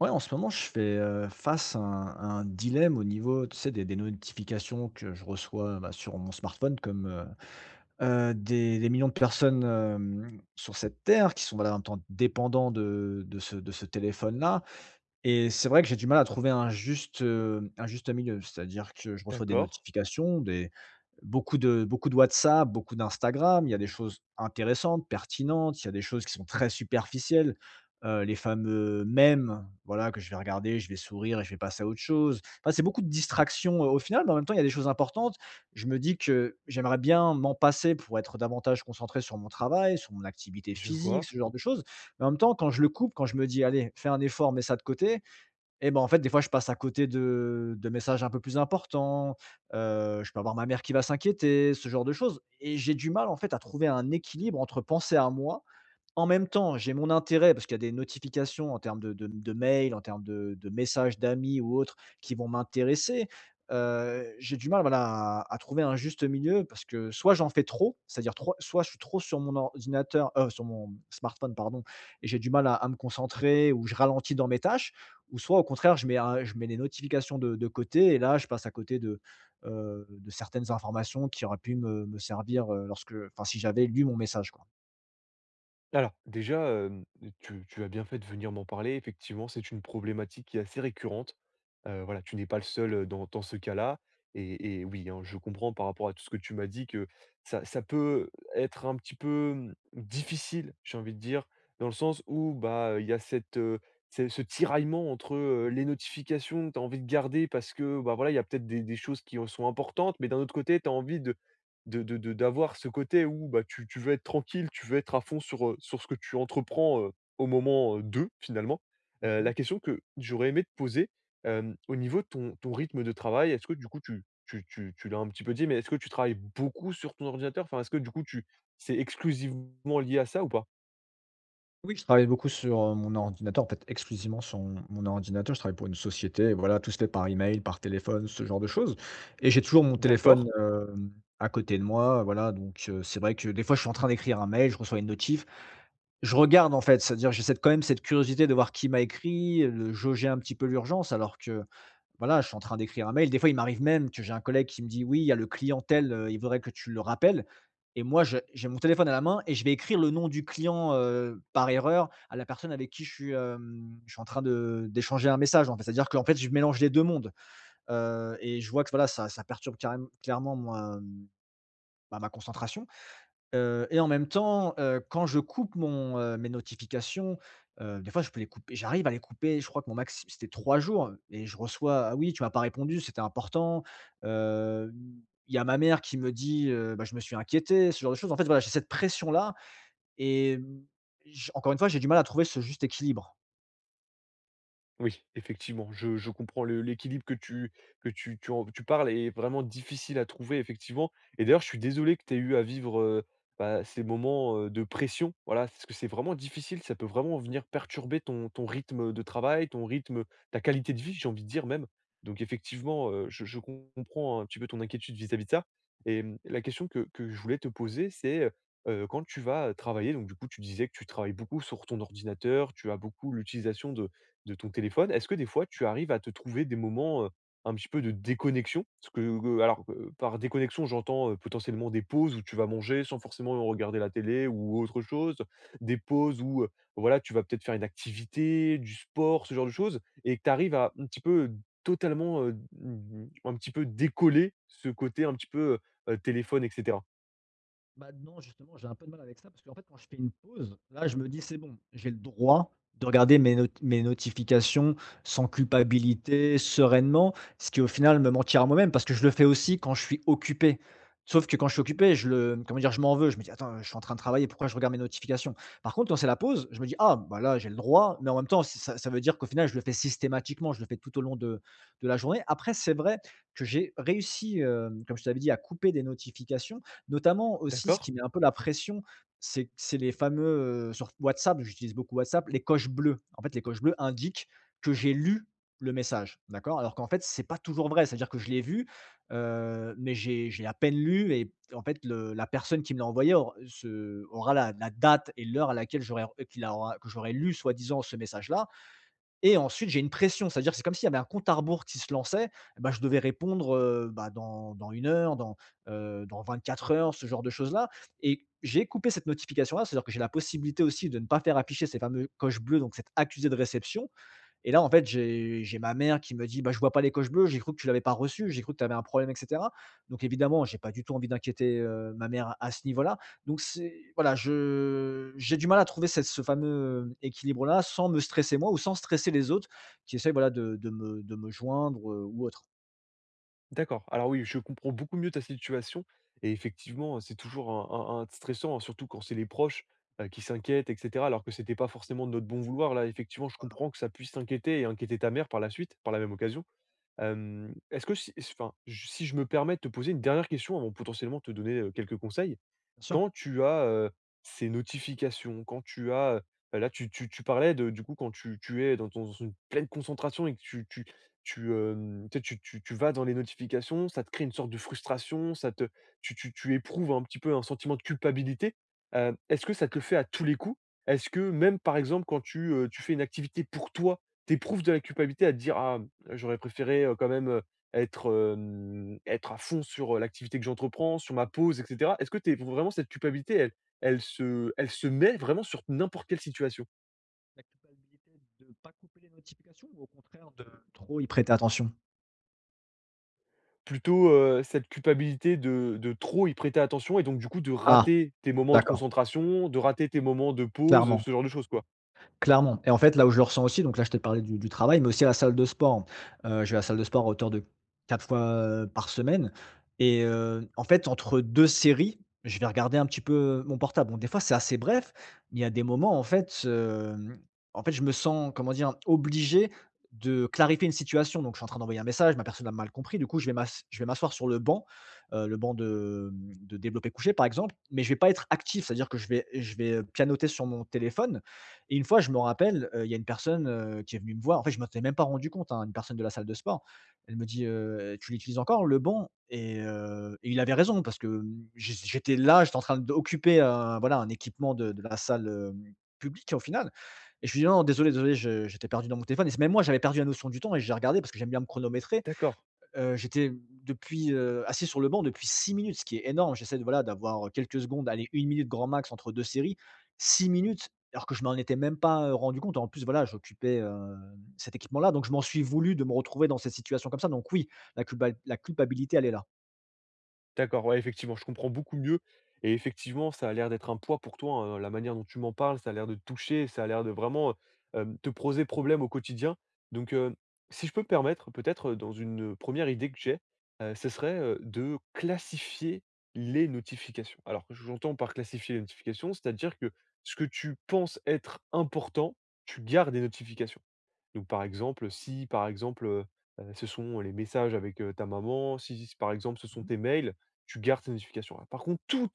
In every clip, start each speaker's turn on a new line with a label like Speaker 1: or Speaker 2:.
Speaker 1: Ouais, en ce moment, je fais, face à un dilemme au niveau, tu sais, des notifications que je reçois, bah, sur mon smartphone comme, des millions de personnes, sur cette terre qui sont, voilà, en même temps dépendants de ce téléphone-là. Et c'est vrai que j'ai du mal à trouver un juste milieu. C'est-à-dire que je reçois des
Speaker 2: D'accord,
Speaker 1: notifications, des beaucoup de WhatsApp, beaucoup d'Instagram. Il y a des choses intéressantes, pertinentes, il y a des choses qui sont très superficielles, les fameux mèmes, voilà, que je vais regarder, je vais sourire et je vais passer à autre chose. Enfin, c'est beaucoup de distractions, au final, mais en même temps, il y a des choses importantes. Je me dis que j'aimerais bien m'en passer pour être davantage concentré sur mon travail, sur mon activité
Speaker 2: je
Speaker 1: physique,
Speaker 2: vois.
Speaker 1: ce genre de choses. Mais en même temps, quand je le coupe, quand je me dis: «Allez, fais un effort, mets ça de côté», et ben, en fait, des fois, je passe à côté de messages un peu plus importants. Je peux avoir ma mère qui va s'inquiéter, ce genre de choses, et j'ai du mal, en fait, à trouver un équilibre entre penser à moi, en même temps, j'ai mon intérêt parce qu'il y a des notifications en termes de mails, en termes de messages d'amis ou autres qui vont m'intéresser. J'ai du mal, voilà, à trouver un juste milieu parce que soit j'en fais trop, c'est-à-dire trop, soit je suis trop sur mon ordinateur, sur mon smartphone, pardon, et j'ai du mal à me concentrer ou je ralentis dans mes tâches, ou soit au contraire je mets les notifications de côté et là je passe à côté de certaines informations qui auraient pu me servir, lorsque, enfin, si j'avais lu mon message, quoi.
Speaker 2: Alors déjà, tu as bien fait de venir m'en parler. Effectivement, c'est une problématique qui est assez récurrente. Voilà, tu n'es pas le seul, dans ce cas-là et oui, hein, je comprends par rapport à tout ce que tu m'as dit que ça peut être un petit peu, mmh, difficile, j'ai envie de dire, dans le sens où, bah, il y a cette, ce tiraillement entre, les notifications que tu as envie de garder parce que, bah, voilà, il y a peut-être des choses qui, sont importantes, mais d'un autre côté, tu as envie de d'avoir ce côté où, bah, tu veux être tranquille, tu veux être à fond sur, sur ce que tu entreprends, au moment, de finalement.
Speaker 1: Mmh mh.
Speaker 2: La question que j'aurais aimé te poser, au niveau de ton rythme de travail, est-ce que du coup tu l'as un petit peu dit, mais est-ce que tu travailles beaucoup sur ton ordinateur? Enfin, est-ce que du coup tu c'est exclusivement lié à ça ou pas?
Speaker 1: Oui, je travaille beaucoup sur, mon ordinateur, en fait, exclusivement sur mon ordinateur. Je travaille pour une société et voilà, tout se fait par email, par téléphone, ce genre de choses, et j'ai toujours mon téléphone,
Speaker 2: D'accord.
Speaker 1: à côté de moi, voilà, donc c'est vrai que des fois, je suis en train d'écrire un mail, je reçois une notif. Je regarde, en fait, c'est-à-dire j'ai cette, quand même, cette curiosité de voir qui m'a écrit, de jauger un petit peu l'urgence alors que, voilà, je suis en train d'écrire un mail. Des fois, il m'arrive même que j'ai un collègue qui me dit: «Oui, il y a le client tel, il voudrait que tu le rappelles», et moi je j'ai mon téléphone à la main et je vais écrire le nom du client, par erreur, à la personne avec qui je suis, je suis en train de d'échanger un message, en fait. C'est-à-dire qu'en fait, je mélange les 2 mondes, et je vois que voilà, ça perturbe carrém clairement moi, bah, ma concentration. Et en même temps, quand je coupe mon, mes notifications, des fois je peux les couper, j'arrive à les couper, je crois que mon max c'était 3 jours et je reçois: «Ah oui, tu m'as pas répondu, c'était important». Hem, il y a ma mère qui me dit: «Bah, je me suis inquiétée», ce genre de choses. En fait, voilà, j'ai cette pression-là et j encore une fois, j'ai du mal à trouver ce juste équilibre.
Speaker 2: Oui, effectivement, je comprends le l'équilibre que tu parles est vraiment difficile à trouver effectivement et d'ailleurs je suis désolé que tu aies eu à vivre, bah, ces moments, de pression, voilà, parce que c'est vraiment difficile, ça peut vraiment venir perturber ton rythme, de travail, ton rythme, ta qualité de vie, j'ai envie de dire même. Donc effectivement, je comprends un petit peu ton inquiétude vis-à-vis de ça et mmh, la question que je voulais te poser c'est, quand tu vas travailler, donc du coup tu disais que tu travailles beaucoup sur ton ordinateur, tu as beaucoup l'utilisation de ton téléphone, est-ce que des fois tu arrives à te trouver des moments, un petit peu de déconnexion? Parce que, alors, par déconnexion, j'entends, potentiellement des pauses où tu vas manger sans forcément regarder la télé ou autre chose, des pauses où, voilà, tu vas peut-être faire une activité, du sport, ce genre de choses et que tu arrives à un petit peu totalement, mmh, un petit peu décoller ce côté un petit peu, téléphone et cetera.
Speaker 1: Bah, non, justement, j'ai un peu de mal avec ça parce qu'en fait, quand je fais une pause, là, je me dis: «C'est bon, j'ai le droit de regarder mes notifications sans culpabilité, sereinement», ce qui, au final, me mentir à moi-même parce que je le fais aussi quand je suis occupé. Sauf que quand je suis occupé, je le, comment dire? Je m'en veux. Je me dis: «Attends, je suis en train de travailler, pourquoi je regarde mes notifications?» Par contre, quand c'est la pause, je me dis: «Ah, bah, là, j'ai le droit», mais en même temps, ça ça veut dire qu'au final, je le fais systématiquement, je le fais tout au long de la journée. Après, c'est vrai que j'ai réussi, comme je t'avais dit, à couper des notifications. Notamment aussi, ce
Speaker 2: D'accord?
Speaker 1: qui met un peu la pression, c'est les fameux, sur WhatsApp, j'utilise beaucoup WhatsApp, les coches bleues. En fait, les coches bleues indiquent que j'ai lu le message, d'accord? Alors qu'en fait, c'est pas toujours vrai. C'est-à-dire que je l'ai vu, mais j'ai à peine lu, et en fait, le la personne qui me l'a envoyé aura la date et l'heure à laquelle j'aurais qu'il aura que j'aurais lu soi-disant ce message-là, et ensuite, j'ai une pression, c'est-à-dire que c'est comme s'il y avait un compte à rebours qui se lançait, bah, je devais répondre, bah, dans 1 heure, dans, dans 4 heures, ce genre de choses-là. Et j'ai coupé cette notification-là, c'est-à-dire que j'ai la possibilité aussi de ne pas faire afficher ces fameux coches bleues, donc cette accusé de réception, et là, en fait, j'ai ma mère qui me dit: «Bah, je vois pas les coches bleues, j'ai cru que tu l'avais pas reçu, j'ai cru que tu avais un problème», et cetera. Donc évidemment, j'ai pas du tout envie d'inquiéter, ma mère à ce niveau-là. Donc c'est voilà, je j'ai du mal à trouver cette, ce fameux équilibre-là, sans me stresser moi ou sans stresser les autres qui essayent, voilà, de me joindre, ou autre.
Speaker 2: D'accord. Alors oui, je comprends beaucoup mieux ta situation. Et effectivement, c'est toujours un, un stressant, hein, surtout quand c'est les proches qui s'inquiètent, etc. Alors que c'était pas forcément de notre bon vouloir. Là, effectivement, je
Speaker 1: Voilà.
Speaker 2: comprends que ça puisse t'inquiéter et inquiéter ta mère par la suite, par la même occasion. Est-ce que si, enfin, j si je me permets de te poser une dernière question avant potentiellement te donner, quelques conseils.
Speaker 1: Bien sûr.
Speaker 2: Quand tu as, ces notifications, quand tu as, bah, là tu parlais de du coup quand tu es dans ton dans une pleine concentration et que tu sais, tu vas dans les notifications, ça te crée une sorte de frustration, ça te tu éprouves un petit peu un sentiment de culpabilité. Est-ce que ça te le fait à tous les coups? Est-ce que même, par exemple, quand tu, tu fais une activité pour toi, t'éprouves de la culpabilité à te dire: «Ah» J'aurais préféré, quand même, être, être à fond sur, l'activité que j'entreprends, sur ma pause et cetera. Est-ce que t'es vraiment cette culpabilité, elle se met vraiment sur n'importe quelle situation?
Speaker 1: La culpabilité de ne pas couper les notifications ou au contraire de trop y prêter attention?
Speaker 2: Plutôt, cette culpabilité de trop y prêter attention et donc du coup de
Speaker 1: Ah,
Speaker 2: rater tes moments de
Speaker 1: d'accord,
Speaker 2: concentration, de rater tes moments de pause,
Speaker 1: clairement.
Speaker 2: ce genre de choses, quoi?
Speaker 1: Clairement. Et en fait, là où je le ressens aussi, donc là, je t'ai parlé du travail, mais aussi à la salle de sport. Je vais à la salle de sport à hauteur de 4 fois, par semaine, et en fait, entre 2 séries, je vais regarder un petit peu mon portable. Bon, des fois, c'est assez bref, mais il y a des moments, en fait, en fait, je me sens, comment dire? Obligé de clarifier une situation. Donc, je suis en train d'envoyer un message, ma personne a mal compris. Du coup, je vais m'asseoir sur le banc de, de développé couché, par exemple, mais je vais pas être actif. C'est-à-dire que je vais pianoter sur mon téléphone, et une fois, je me rappelle, il y a une personne, qui est venue me voir. En fait, je ne m'en étais même pas rendu compte, hein, une personne de la salle de sport. Elle me dit: tu l'utilises encore le banc?» Et il avait raison parce que, j'étais là, j'étais en train d'occuper un, voilà, un équipement de la salle, publique au final, et je lui dis: «Non, non, désolé, désolé, je j'étais perdu dans mon téléphone», et c'est même moi, j'avais perdu la notion du temps et j'ai regardé parce que j'aime bien me chronométrer.
Speaker 2: D'accord.
Speaker 1: J'étais depuis, assis sur le banc depuis 6 minutes, ce qui est énorme. J'essaie, de voilà, d'avoir quelques secondes, allez, 1 minute grand max entre 2 séries. 6 minutes, alors que je m'en étais même pas, rendu compte. En plus, voilà, j'occupais, cet équipement-là, donc je m'en suis voulu de me retrouver dans cette situation comme ça. Donc oui, la culpabilité, elle est là.
Speaker 2: D'accord, ouais, effectivement, je comprends beaucoup mieux et effectivement, ça a l'air d'être un poids pour toi, hein, la manière dont tu m'en parles, ça a l'air de te toucher, ça a l'air de vraiment, te poser problème au quotidien. Donc, si je peux me permettre, peut-être, dans une, première idée que j'ai, ce serait, de classifier les notifications. Alors, j'entends par classifier les notifications, c'est-à-dire que ce que tu penses être important, tu gardes les notifications. Donc, par exemple, si par exemple, ce sont les messages avec, ta maman, si par exemple ce sont
Speaker 1: Mmh.
Speaker 2: tes mails, tu gardes ces notifications-là. Par contre, tout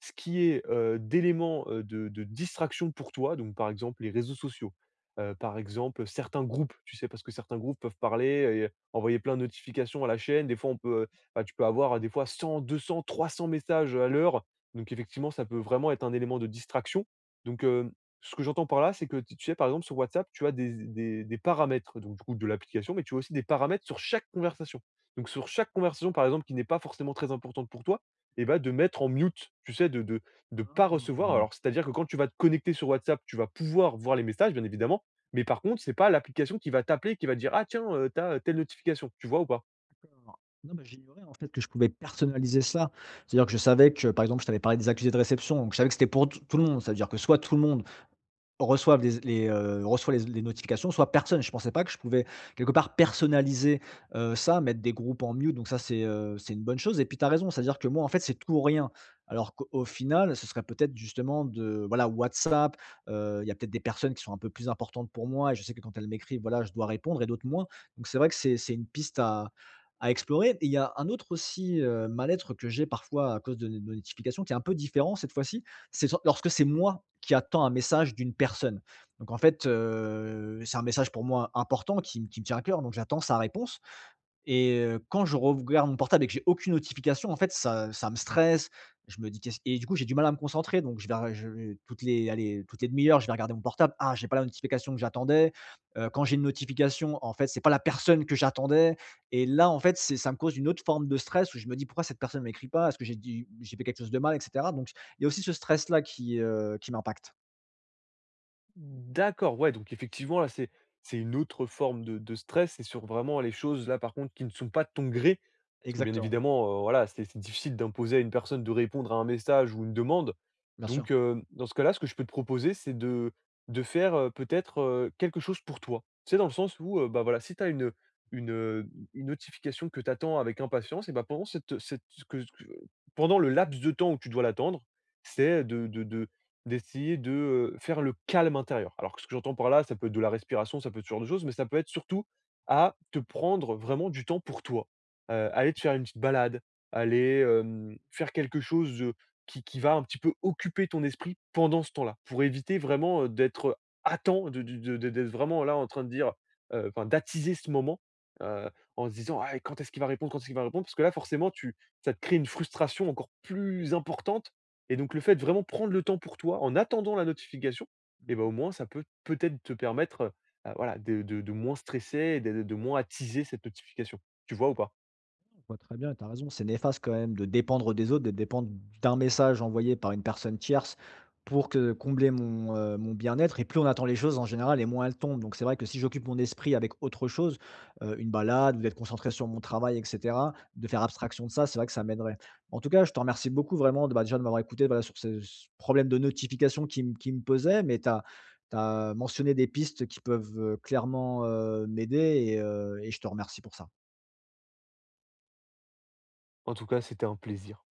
Speaker 2: ce qui est, d'éléments, de distraction pour toi, donc par exemple les réseaux sociaux, par exemple certains groupes, tu sais? Parce que certains groupes peuvent parler et envoyer plein de notifications à la chaîne. Des fois, on peut, bah, tu peux avoir des fois 100-200-300 messages à l'heure. Donc effectivement, ça peut vraiment être un élément de distraction. Donc, hem ce que j'entends par là, c'est que tu sais, par exemple, sur WhatsApp, tu as des paramètres, donc du coup, de l'application, mais tu as aussi des paramètres sur chaque conversation. Donc sur chaque conversation, par exemple, qui n'est pas forcément très importante pour toi, et bah, de mettre en mute, tu sais, de ne de de pas
Speaker 1: Ah,
Speaker 2: recevoir. Alors, c'est-à-dire que quand tu vas te connecter sur WhatsApp, tu vas pouvoir voir les messages, bien évidemment, mais par contre, c'est pas l'application qui va t'appeler, qui va te dire: «Ah tiens, tu as telle notification». Tu vois ou pas?
Speaker 1: d'accord. Non, mais j'ignorais en fait que je pouvais personnaliser ça. C'est-à-dire que je savais que, par exemple, je t'avais parlé des accusés de réception, donc je savais que c'était pour t tout le monde. Ça veut dire que soit tout le monde reçoit les notifications, soit personne. Je pensais pas que je pouvais, quelque part, personnaliser, ça, mettre des groupes en mute, donc ça c'est une bonne chose, et puis tu as raison, c'est-à-dire que moi en fait c'est tout ou rien. Alors qu'au final ce serait peut-être justement de, voilà, WhatsApp, il y a peut-être des personnes qui sont un peu plus importantes pour moi et je sais que quand elles m'écrivent, voilà, je dois répondre, et d'autres moins. Donc c'est vrai que c'est une piste à explorer, et il y a un autre aussi, mal-être que j'ai parfois à cause de nos notifications, qui est un peu différent cette fois-ci, c'est lorsque c'est moi qui attends un message d'une personne. Donc en fait, c'est un message pour moi important qui me tient à cœur, donc j'attends sa réponse, et quand je regarde mon portable et que j'ai aucune notification, en fait, ça ça me stresse. Je me dis: «Qu'est-ce», et du coup, j'ai du mal à me concentrer, donc je vais je toutes les allez, toutes les demi-heures, je vais regarder mon portable. Ah, j'ai pas la notification que j'attendais. Quand j'ai une notification, en fait, c'est pas la personne que j'attendais, et là, en fait, c'est, ça me cause une autre forme de stress où je me dis: «Pourquoi cette personne m'écrit pas? Est-ce que j'ai fait quelque chose de mal?», et cetera, donc il y a aussi ce stress-là qui m'impacte.
Speaker 2: D'accord, ouais, donc effectivement, là, c'est une autre forme de stress. C'est sur vraiment les choses, là, par contre, qui ne sont pas de ton gré. Parce que bien
Speaker 1: Exactement,
Speaker 2: évidemment, voilà, c'est difficile d'imposer à une personne de répondre à un message ou une demande.
Speaker 1: bien sûr.
Speaker 2: Donc, dans ce cas-là, ce que je peux te proposer, c'est de faire, peut-être, quelque chose pour toi. C'est dans le sens où, bah, voilà, si tu as une notification que tu attends avec impatience et bah, pendant cette cette que pendant le laps de temps où tu dois l'attendre, c'est de d'essayer de, faire le calme intérieur. Alors, que ce que j'entends par là, ça peut être de la respiration, ça peut être ce genre de choses, mais ça peut être surtout à te prendre vraiment du temps pour toi. Aller te faire une petite balade, aller, faire quelque chose, qui va un petit peu occuper ton esprit pendant ce temps-là. Pour éviter vraiment, d'être à temps, de du de d'être vraiment là en train de dire, enfin d'attiser ce moment, en se disant: «Ah quand est-ce qu'il va répondre? Quand est-ce qu'il va répondre?» parce que là, forcément, tu ça te crée une frustration encore plus importante et donc le fait de vraiment prendre le temps pour toi en attendant la notification, et ben au moins ça peut peut-être te permettre, bah, voilà de moins stresser et de moins attiser cette notification. Tu vois ou pas?
Speaker 1: On vois très bien, tu as raison, c'est néfaste quand même de dépendre des autres, de dépendre d'un message envoyé par une personne tierce pour que combler mon, mon bien-être, et plus on attend les choses en général et moins elles tombent. Donc c'est vrai que si j'occupe mon esprit avec autre chose, une balade ou d'être concentré sur mon travail et cetera, de faire abstraction de ça, c'est vrai que ça m'aiderait. En tout cas, je te remercie beaucoup vraiment de, bah, déjà de m'avoir écouté, voilà, sur ce problème de notification qui me pesait, mais tu as mentionné des pistes qui peuvent, clairement, m'aider, et je te remercie pour ça.
Speaker 2: En tout cas, c'était un plaisir.